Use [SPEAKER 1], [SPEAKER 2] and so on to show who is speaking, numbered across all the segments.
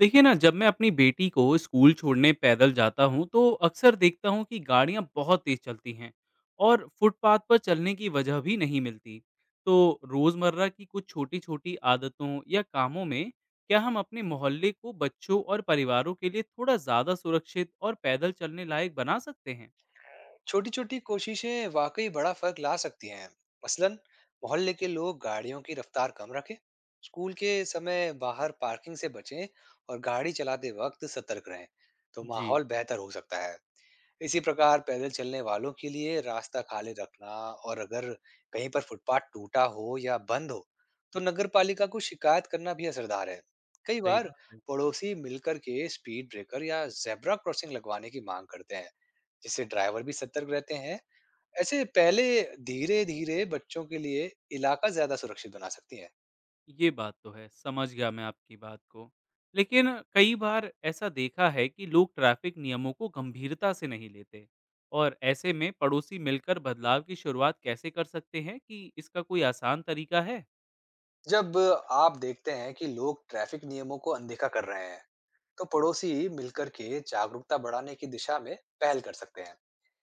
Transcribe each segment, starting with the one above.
[SPEAKER 1] देखिए ना, जब मैं अपनी बेटी को स्कूल छोड़ने पैदल जाता हूँ तो अक्सर देखता हूँ कि गाड़ियाँ बहुत तेज चलती हैं और फुटपाथ पर चलने की वजह भी नहीं मिलती। तो रोज़मर्रा की कुछ छोटी छोटी आदतों या कामों में क्या हम अपने मोहल्ले को बच्चों और परिवारों के लिए थोड़ा ज़्यादा सुरक्षित और पैदल चलने लायक बना सकते हैं?
[SPEAKER 2] छोटी-छोटी कोशिशें वाकई बड़ा फर्क ला सकती हैं। मसलन मोहल्ले के लोग गाड़ियों की रफ्तार कम रखें, स्कूल के समय बाहर पार्किंग से बचें और गाड़ी चलाते वक्त सतर्क रहें, तो
[SPEAKER 1] जी।
[SPEAKER 2] माहौल बेहतर हो सकता है। इसी प्रकार पैदल चलने वालों के लिए रास्ता खाली रखना और अगर कहीं पर फुटपाथ टूटा हो या बंद हो, तो नगर पालिका को शिकायत करना भी असरदार है। कई
[SPEAKER 1] सही
[SPEAKER 2] बार
[SPEAKER 1] बात है।
[SPEAKER 2] पड़ोसी मिलकर के स्पीड ब्रेकर या जेब्रा क्रॉसिंग लगवाने की मांग करते हैं। जिससे ड्राइवर भी सतर्क रहते हैं। ऐसे पहले धीरे धीरे बच्चों के लिए इलाका ज्यादा सुरक्षित बना सकती है।
[SPEAKER 1] ये बात तो है, समझ गया मैं आपकी बात को। लेकिन कई बार ऐसा देखा है कि लोग ट्रैफ़िक नियमों को गंभीरता से नहीं लेते, और ऐसे में पड़ोसी मिलकर बदलाव की शुरुआत कैसे कर सकते हैं कि इसका कोई आसान तरीका है?
[SPEAKER 2] जब आप देखते हैं कि लोग ट्रैफिक नियमों को अनदेखा कर रहे हैं तो पड़ोसी मिलकर के जागरूकता बढ़ाने की दिशा में पहल कर सकते हैं।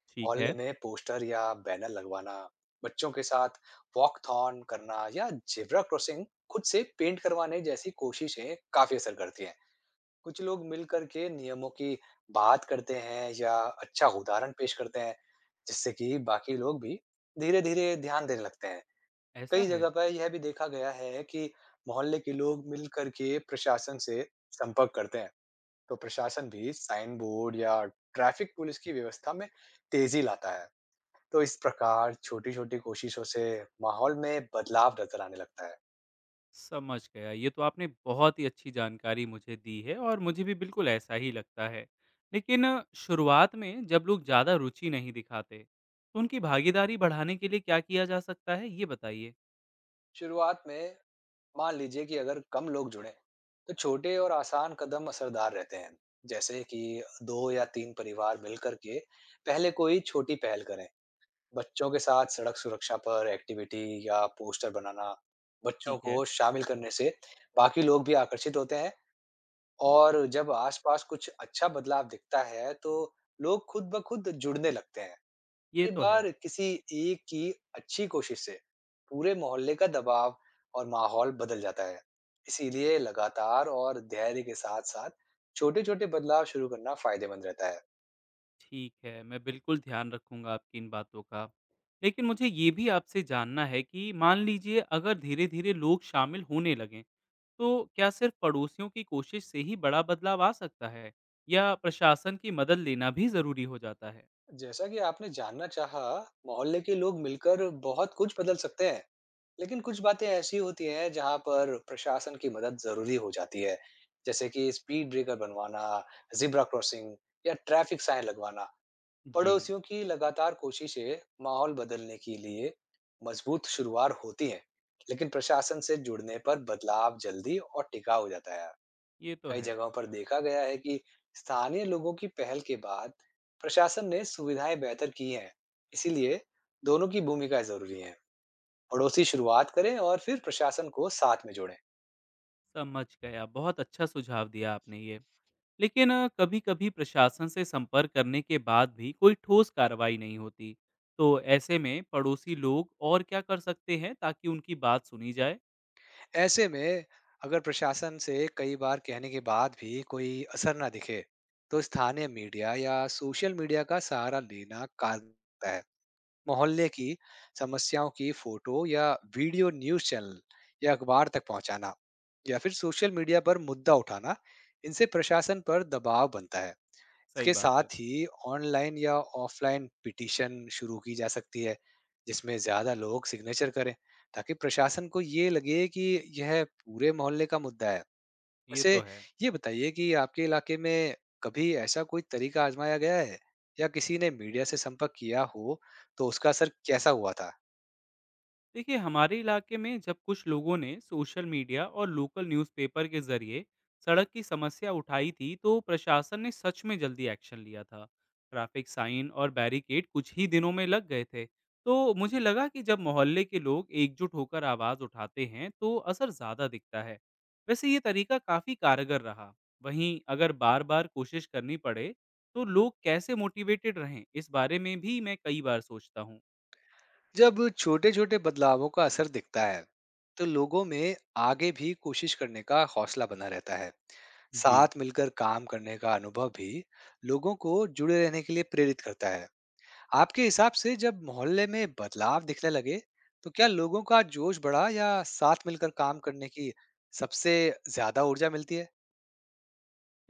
[SPEAKER 1] ठीक
[SPEAKER 2] मोहल्ले
[SPEAKER 1] है।
[SPEAKER 2] में पोस्टर या बैनर लगवाना, बच्चों के साथ वॉकथॉन करना या जेब्रा क्रॉसिंग खुद से पेंट करवाने जैसी कोशिशें काफी असर करती हैं। कुछ लोग मिल करके नियमों की बात करते हैं या अच्छा उदाहरण पेश करते हैं, जिससे कि बाकी लोग भी धीरे धीरे ध्यान देने लगते हैं।
[SPEAKER 1] ऐसा
[SPEAKER 2] कई
[SPEAKER 1] है,
[SPEAKER 2] जगह पर यह भी देखा गया है कि मोहल्ले के लोग मिल करके प्रशासन से संपर्क करते हैं, तो प्रशासन भी साइन बोर्ड या ट्रैफिक पुलिस की व्यवस्था में तेजी लाता है। तो इस प्रकार छोटी छोटी कोशिशों से माहौल में बदलाव नजर आने लगता है।
[SPEAKER 1] समझ गया। ये तो आपने बहुत ही अच्छी जानकारी मुझे दी है और मुझे भी बिल्कुल ऐसा ही लगता है। लेकिन शुरुआत में जब लोग ज़्यादा रुचि नहीं दिखाते, तो उनकी भागीदारी बढ़ाने के लिए क्या किया जा सकता है? ये बताइए।
[SPEAKER 2] शुरुआत में मान लीजिए कि अगर कम लोग जुड़ें, तो छोटे और आसान कदम असरदार रहते हैं। जैसे कि 2 या 3 परिवार मिलकर के पहले कोई छोटी पहल करें। बच्चों के साथ सड़क सुरक्षा पर एक्टिविटी या पोस्टर बनाना, बच्चों
[SPEAKER 1] ठीक है।
[SPEAKER 2] को शामिल करने से बाकी लोग भी आकर्षित होते हैं और जब आसपास कुछ अच्छा बदलाव दिखता है, तो लोग खुद ब खुद जुड़ने लगते हैं।
[SPEAKER 1] ये
[SPEAKER 2] कई
[SPEAKER 1] तो है।
[SPEAKER 2] बार किसी एक की अच्छी कोशिश से पूरे मोहल्ले का दबाव और माहौल बदल जाता है। इसीलिए लगातार और धैर्य के साथ साथ छोटे छोटे बदलाव शुरू करना फायदेमंद रहता है।
[SPEAKER 1] ठीक है, मैं बिल्कुल ध्यान रखूँगा आपकी इन बातों का। लेकिन मुझे ये भी आपसे जानना है कि मान लीजिए अगर धीरे-धीरे लोग शामिल होने लगें, तो क्या सिर्फ़ पड़ोसियों की कोशिश से ही बड़ा बदलाव आ सकता है या प्रशासन की मदद लेना भी ज़रूरी हो जाता है?
[SPEAKER 2] जैसा कि आपने जानना चाहा, मोहल्ले के लोग मिलकर बहुत कुछ बदल सकते हैं, लेकिन कुछ बातें ऐसी होती हैं जहां पर प्रशासन की मदद जरूरी हो जाती है। जैसे कि स्पीड ब्रेकर बनवाना, जिब्रा क्रॉसिंग या ट्रैफिक साइन लगवाना।
[SPEAKER 1] जी,
[SPEAKER 2] पड़ोसियों की लगातार कोशिशें माहौल बदलने के लिए मजबूत शुरुआत होती हैं, लेकिन प्रशासन से जुड़ने पर बदलाव जल्दी और टिकाऊ हो जाता है।
[SPEAKER 1] ये तो
[SPEAKER 2] कई
[SPEAKER 1] है।
[SPEAKER 2] जगहों पर देखा गया है कि स्थानीय लोगों की पहल के बाद प्रशासन ने सुविधाएं बेहतर की हैं। इसीलिए दोनों की भूमिका जरूरी है। पड़ोसी शुरुआत करें और फिर प्रशासन को साथ में जोड़ें।
[SPEAKER 1] समझ गया, बहुत अच्छा सुझाव दिया आपने ये। लेकिन कभी कभी प्रशासन से संपर्क करने के बाद भी कोई ठोस कार्रवाई नहीं होती, तो ऐसे में पड़ोसी लोग और क्या कर सकते हैं ताकि उनकी बात सुनी जाए?
[SPEAKER 2] ऐसे में अगर प्रशासन से कई बार कहने के बाद भी कोई असर ना दिखे, तो स्थानीय मीडिया या सोशल मीडिया का सहारा लेना कारगर होता है। मोहल्ले की समस्याओं की फोटो या वीडियो न्यूज़ चैनल या अखबार तक पहुंचाना या फिर सोशल मीडिया पर मुद्दा उठाना, इनसे प्रशासन पर दबाव बनता है।
[SPEAKER 1] सही
[SPEAKER 2] इसके
[SPEAKER 1] बात है।
[SPEAKER 2] साथ ही ऑनलाइन या ऑफलाइन पिटीशन शुरू की जा सकती है, जिसमें ज्यादा लोग सिग्नेचर करें ताकि प्रशासन को ये लगे कि यह पूरे मोहल्ले का मुद्दा है।
[SPEAKER 1] ये
[SPEAKER 2] वैसे
[SPEAKER 1] तो है।
[SPEAKER 2] ये बताइए कि आपके इलाके में कभी ऐसा कोई तरीका आजमाया गया है या किसी ने मीडिया से संपर्क किया हो तो उसका असर कैसा हुआ था?
[SPEAKER 1] देखिए हमारे इलाके में जब कुछ लोगों ने सोशल मीडिया और लोकल न्यूज़पेपर के जरिए सड़क की समस्या उठाई थी तो प्रशासन ने सच में जल्दी एक्शन लिया था। ट्रैफिक साइन और बैरिकेड कुछ ही दिनों में लग गए थे। तो मुझे लगा कि जब मोहल्ले के लोग एकजुट होकर आवाज़ उठाते हैं तो असर ज़्यादा दिखता है। वैसे ये तरीका काफ़ी कारगर रहा। वहीं अगर बार बार कोशिश करनी पड़े तो लोग कैसे मोटिवेटेड रहें, इस बारे में भी मैं कई बार सोचता हूँ।
[SPEAKER 2] जब छोटे-छोटे बदलावों का असर दिखता है, तो लोगों में आगे भी कोशिश करने का हौसला बना रहता है।
[SPEAKER 1] जी।
[SPEAKER 2] साथ मिलकर काम करने का अनुभव भी लोगों को जुड़े रहने के लिए प्रेरित करता है। आपके हिसाब से जब मोहल्ले में बदलाव दिखने लगे, तो क्या लोगों का जोश बढ़ा या साथ मिलकर काम करने की सबसे ज्यादा ऊर्जा मिलती है?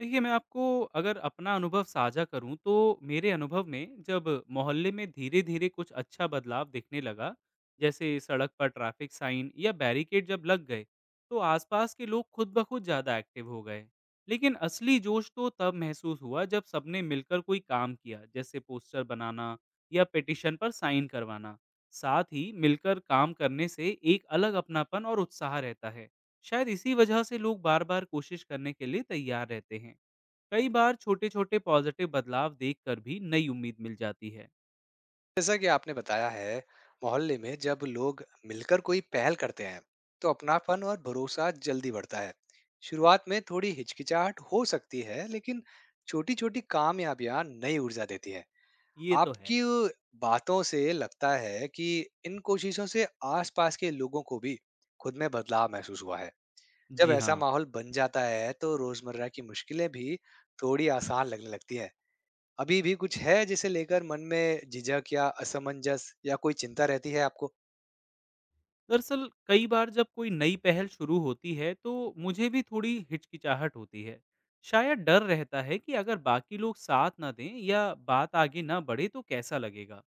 [SPEAKER 1] देखिए, मैं आपको अगर अपना अनुभव साझा करूँ तो मेरे अनुभव में जब मोहल्ले में धीरे-धीरे कुछ अच्छा बदलाव दिखने लगा, जैसे सड़क पर ट्रैफिक साइन या बैरिकेड जब लग गए, तो आसपास के लोग खुद ब खुद ज़्यादा एक्टिव हो गए। लेकिन असली जोश तो तब महसूस हुआ जब सबने मिलकर कोई काम किया, जैसे पोस्टर बनाना या पिटीशन पर साइन करवाना। साथ ही मिलकर काम करने से एक अलग अपनापन और उत्साह रहता है। शायद इसी वजह से लोग बार-बार कोशिश करने के लिए तैयार रहते हैं। कई बार छोटे छोटे पॉजिटिव बदलाव देखकर भी नई उम्मीद मिल जाती है।
[SPEAKER 2] जैसा कि आपने बताया है, मोहल्ले में जब लोग मिलकर कोई पहल करते हैं, तो अपनापन और भरोसा जल्दी बढ़ता है। शुरुआत में थोड़ी हिचकिचाहट हो सकती है, लेकिन छोटी-छोटी कामयाबियां नई ऊर्जा देती है।
[SPEAKER 1] ये तो है।
[SPEAKER 2] आपकी बातों से लगता है कि इन कोशिशों से आसपास के लोगों को भी खुद में बदलाव महसूस हुआ है। जब
[SPEAKER 1] जी
[SPEAKER 2] ऐसा
[SPEAKER 1] हाँ।
[SPEAKER 2] माहौल बन जाता है, तो रोजमर्रा की मुश्किलें भी थोड़ी आसान लगने लगती हैं। अभी भी कुछ है जिसे लेकर मन में झिझक या असमंजस या कोई चिंता रहती है आपको?
[SPEAKER 1] दरअसल कई बार जब कोई नई पहल शुरू होती है तो मुझे भी थोड़ी हिचकिचाहट होती है। शायद डर रहता है कि अगर बाकी लोग साथ ना दें या बात आगे ना बढ़े तो कैसा लगेगा।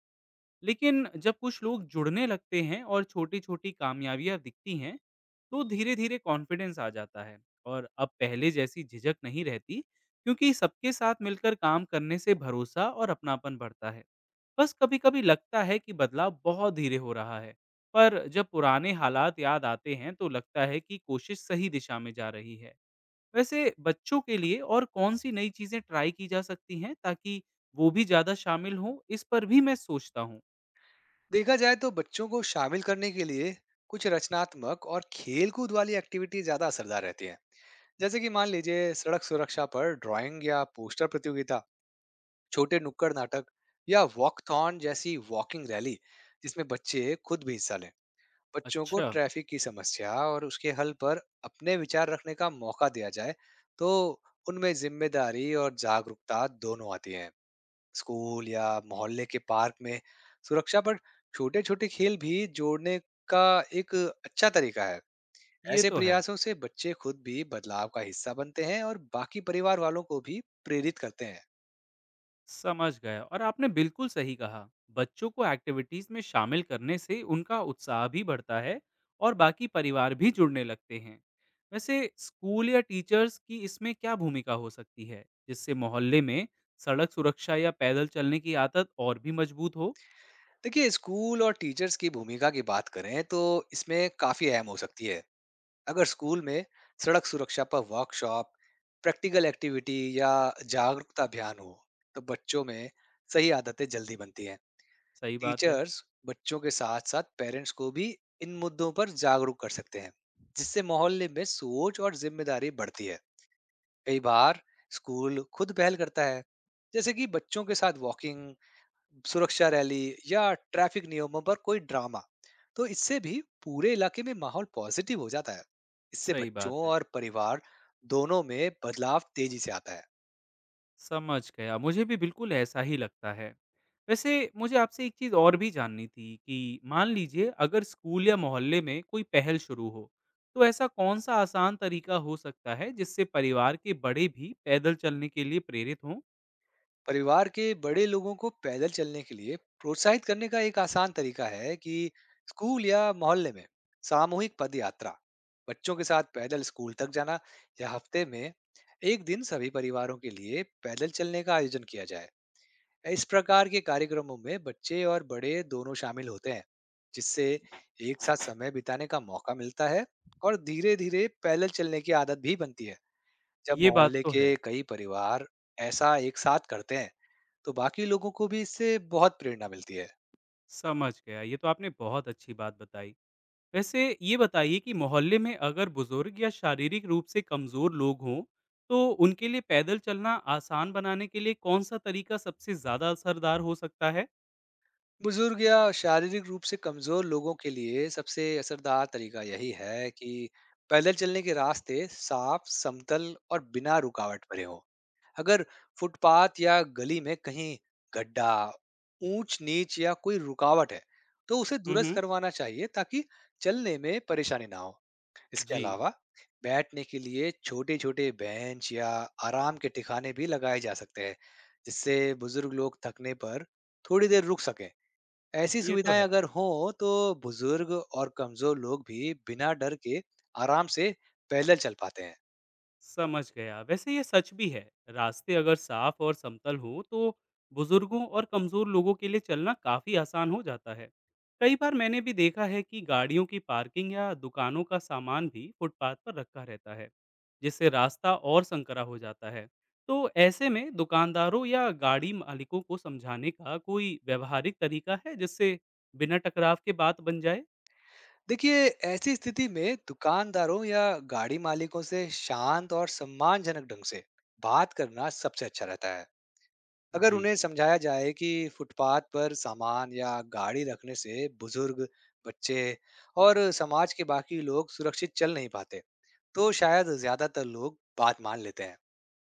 [SPEAKER 1] लेकिन जब कुछ लोग जुड़ने लगते हैं और छोटी-छोटी कामयाबियाँ दिखती हैं, तो धीरे-धीरे कॉन्फिडेंस आ जाता है और अब पहले जैसी झिझक नहीं रहती, क्योंकि सबके साथ मिलकर काम करने से भरोसा और अपनापन बढ़ता है। बस कभी-कभी लगता है कि बदलाव बहुत धीरे हो रहा है, पर जब पुराने हालात याद आते हैं तो लगता है कि कोशिश सही दिशा में जा रही है। वैसे बच्चों के लिए और कौन-सी नई चीज़ें ट्राई की जा सकती हैं ताकि वो भी ज़्यादा शामिल हों, इस पर भी मैं सोचता हूँ।
[SPEAKER 2] देखा जाए तो बच्चों को शामिल करने के लिए कुछ रचनात्मक और खेल-कूद वाली एक्टिविटी ज़्यादा असरदार रहती हैं। जैसे कि मान लीजिए सड़क सुरक्षा पर ड्राइंग या पोस्टर प्रतियोगिता, छोटे नुक्कड़ नाटक या वॉकथॉन जैसी वॉकिंग रैली, जिसमें बच्चे खुद भी हिस्सा लें। बच्चों को
[SPEAKER 1] अच्छा।
[SPEAKER 2] ट्रैफिक की समस्या और उसके हल पर अपने विचार रखने का मौका दिया जाए, तो उनमें जिम्मेदारी और जागरूकता दोनों आती है। स्कूल या मोहल्ले के पार्क में सुरक्षा पर छोटे छोटे खेल भी जोड़ने का एक अच्छा तरीका है।
[SPEAKER 1] ये
[SPEAKER 2] ऐसे
[SPEAKER 1] तो है।
[SPEAKER 2] प्रयासों से बच्चे खुद भी बदलाव का हिस्सा बनते हैं और बाकी परिवार वालों को भी प्रेरित करते हैं।
[SPEAKER 1] समझ गया, और आपने बिल्कुल सही कहा। बच्चों को एक्टिविटीज़ में शामिल करने से उनका उत्साह भी बढ़ता है और बाकी परिवार भी जुड़ने लगते हैं। वैसे स्कूल या टीचर्स की इसमें क्या भूमिका हो सकती है, जिससे मोहल्ले में सड़क सुरक्षा या पैदल चलने की आदत और भी मजबूत हो?
[SPEAKER 2] देखिए स्कूल और टीचर्स की भूमिका की बात करें तो इसमें काफी अहम हो सकती है। अगर स्कूल में सड़क सुरक्षा पर वर्कशॉप, प्रैक्टिकल एक्टिविटी या जागरूकता अभियान हो, तो बच्चों में सही आदतें जल्दी बनती हैं।
[SPEAKER 1] सही बात है।
[SPEAKER 2] टीचर्स बच्चों के साथ साथ पेरेंट्स को भी इन मुद्दों पर जागरूक कर सकते हैं, जिससे मोहल्ले में सोच और जिम्मेदारी बढ़ती है। कई बार स्कूल खुद पहल करता है, जैसे कि बच्चों के साथ वॉकिंग, सुरक्षा रैली या ट्रैफिक नियमों पर कोई ड्रामा, तो इससे भी पूरे इलाके में माहौल पॉजिटिव हो जाता है। इससे
[SPEAKER 1] सही
[SPEAKER 2] बच्चों
[SPEAKER 1] बात है।
[SPEAKER 2] और परिवार दोनों में बदलाव तेजी से आता है।
[SPEAKER 1] समझ गया। मुझे भी बिल्कुल ऐसा ही लगता है। वैसे मुझे आपसे एक चीज़ और भी जाननी थी कि मान लीजिए अगर स्कूल या मोहल्ले में कोई पहल शुरू हो, तो ऐसा कौन-सा आसान तरीका हो सकता है जिससे परिवार के बड़े भी पैदल चलने के लिए प्रेरित हों?
[SPEAKER 2] परिवार के बड़े लोगों को पैदल चलने के लिए प्रोत्साहित करने का एक आसान तरीका है कि स्कूल या मोहल्ले में सामूहिक पद यात्रा, बच्चों के साथ पैदल स्कूल तक जाना या हफ्ते में एक दिन सभी परिवारों के लिए पैदल चलने का आयोजन किया जाए। इस प्रकार के कार्यक्रमों में बच्चे और बड़े दोनों शामिल होते हैं, जिससे एक साथ समय बिताने का मौका मिलता है और धीरे धीरे पैदल चलने की आदत भी बनती है। जब
[SPEAKER 1] ये बात
[SPEAKER 2] मोहल्ले
[SPEAKER 1] तो
[SPEAKER 2] के
[SPEAKER 1] है।
[SPEAKER 2] कई परिवार ऐसा एक साथ करते हैं, तो बाकी लोगों को भी इससे बहुत प्रेरणा मिलती है।
[SPEAKER 1] समझ गया। ये तो आपने बहुत अच्छी बात बताई। वैसे ये बताइए कि मोहल्ले में अगर बुजुर्ग या शारीरिक रूप से कमजोर लोग हों तो उनके लिए पैदल चलना आसान बनाने के लिए कौन सा तरीका सबसे ज्यादा असरदार हो सकता है?
[SPEAKER 2] बुजुर्ग या शारीरिक रूप से कमजोर लोगों के लिए सबसे असरदार तरीका यही है कि पैदल चलने के रास्ते साफ, समतल और बिना रुकावट भरे हों। अगर फुटपाथ या गली में कहीं गड्ढा, ऊंच नीच या कोई रुकावट है, तो उसे दुरुस्त
[SPEAKER 1] हम्म।
[SPEAKER 2] करवाना चाहिए ताकि चलने में परेशानी ना हो। इसके
[SPEAKER 1] जी,
[SPEAKER 2] अलावा बैठने के लिए छोटे छोटे बेंच या आराम के ठिकाने भी लगाए जा सकते हैं, जिससे बुजुर्ग लोग थकने पर थोड़ी देर रुक सकें। ऐसी
[SPEAKER 1] ये तो
[SPEAKER 2] सुविधाएं
[SPEAKER 1] है।
[SPEAKER 2] अगर हों, तो बुजुर्ग और कमजोर लोग भी बिना डर के आराम से पैदल चल पाते हैं।
[SPEAKER 1] समझ गया। वैसे ये सच भी है, रास्ते अगर साफ और समतल हों तो बुजुर्गों और कमजोर लोगों के लिए चलना काफी आसान हो जाता है। कई बार मैंने भी देखा है कि गाड़ियों की पार्किंग या दुकानों का सामान भी फुटपाथ पर रखा रहता है, जिससे रास्ता और संकरा हो जाता है। तो ऐसे में दुकानदारों या गाड़ी मालिकों को समझाने का कोई व्यवहारिक तरीका है जिससे बिना टकराव के बात बन जाए?
[SPEAKER 2] देखिए ऐसी स्थिति में दुकानदारों या गाड़ी मालिकों से शांत और सम्मानजनक ढंग से बात करना सबसे अच्छा रहता है। अगर
[SPEAKER 1] जी।
[SPEAKER 2] उन्हें समझाया जाए कि फुटपाथ पर सामान या गाड़ी रखने से बुजुर्ग, बच्चे और समाज के बाकी लोग सुरक्षित चल नहीं पाते, तो शायद ज्यादातर लोग बात मान लेते हैं।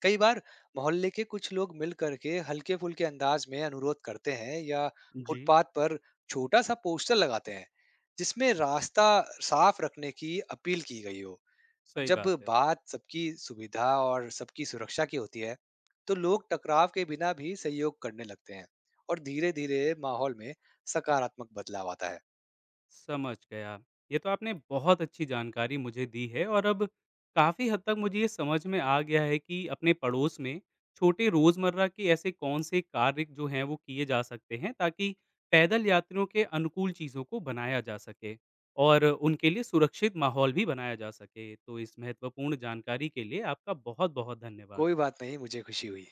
[SPEAKER 2] कई बार मोहल्ले के कुछ लोग मिल करके हल्के-फुल्के अंदाज में अनुरोध करते हैं या
[SPEAKER 1] जी।
[SPEAKER 2] फुटपाथ पर छोटा सा पोस्टर लगाते हैं, जिसमें रास्ता साफ रखने की अपील की गई हो।
[SPEAKER 1] सही
[SPEAKER 2] जब
[SPEAKER 1] बात है।
[SPEAKER 2] बात सबकी सुविधा और सबकी सुरक्षा की होती है, तो लोग टकराव के बिना भी सहयोग करने लगते हैं और धीरे-धीरे माहौल में सकारात्मक बदलाव आता है।
[SPEAKER 1] समझ गया। ये तो आपने बहुत अच्छी जानकारी मुझे दी है और अब काफ़ी हद तक मुझे ये समझ में आ गया है कि अपने पड़ोस में छोटे रोज़मर्रा के ऐसे कौन से कार्य जो हैं वो किए जा सकते हैं ताकि पैदल यात्रियों के अनुकूल चीज़ों को बनाया जा सके और उनके लिए सुरक्षित माहौल भी बनाया जा सके। तो इस महत्वपूर्ण जानकारी के लिए आपका बहुत-बहुत धन्यवाद।
[SPEAKER 2] कोई बात नहीं, मुझे खुशी हुई।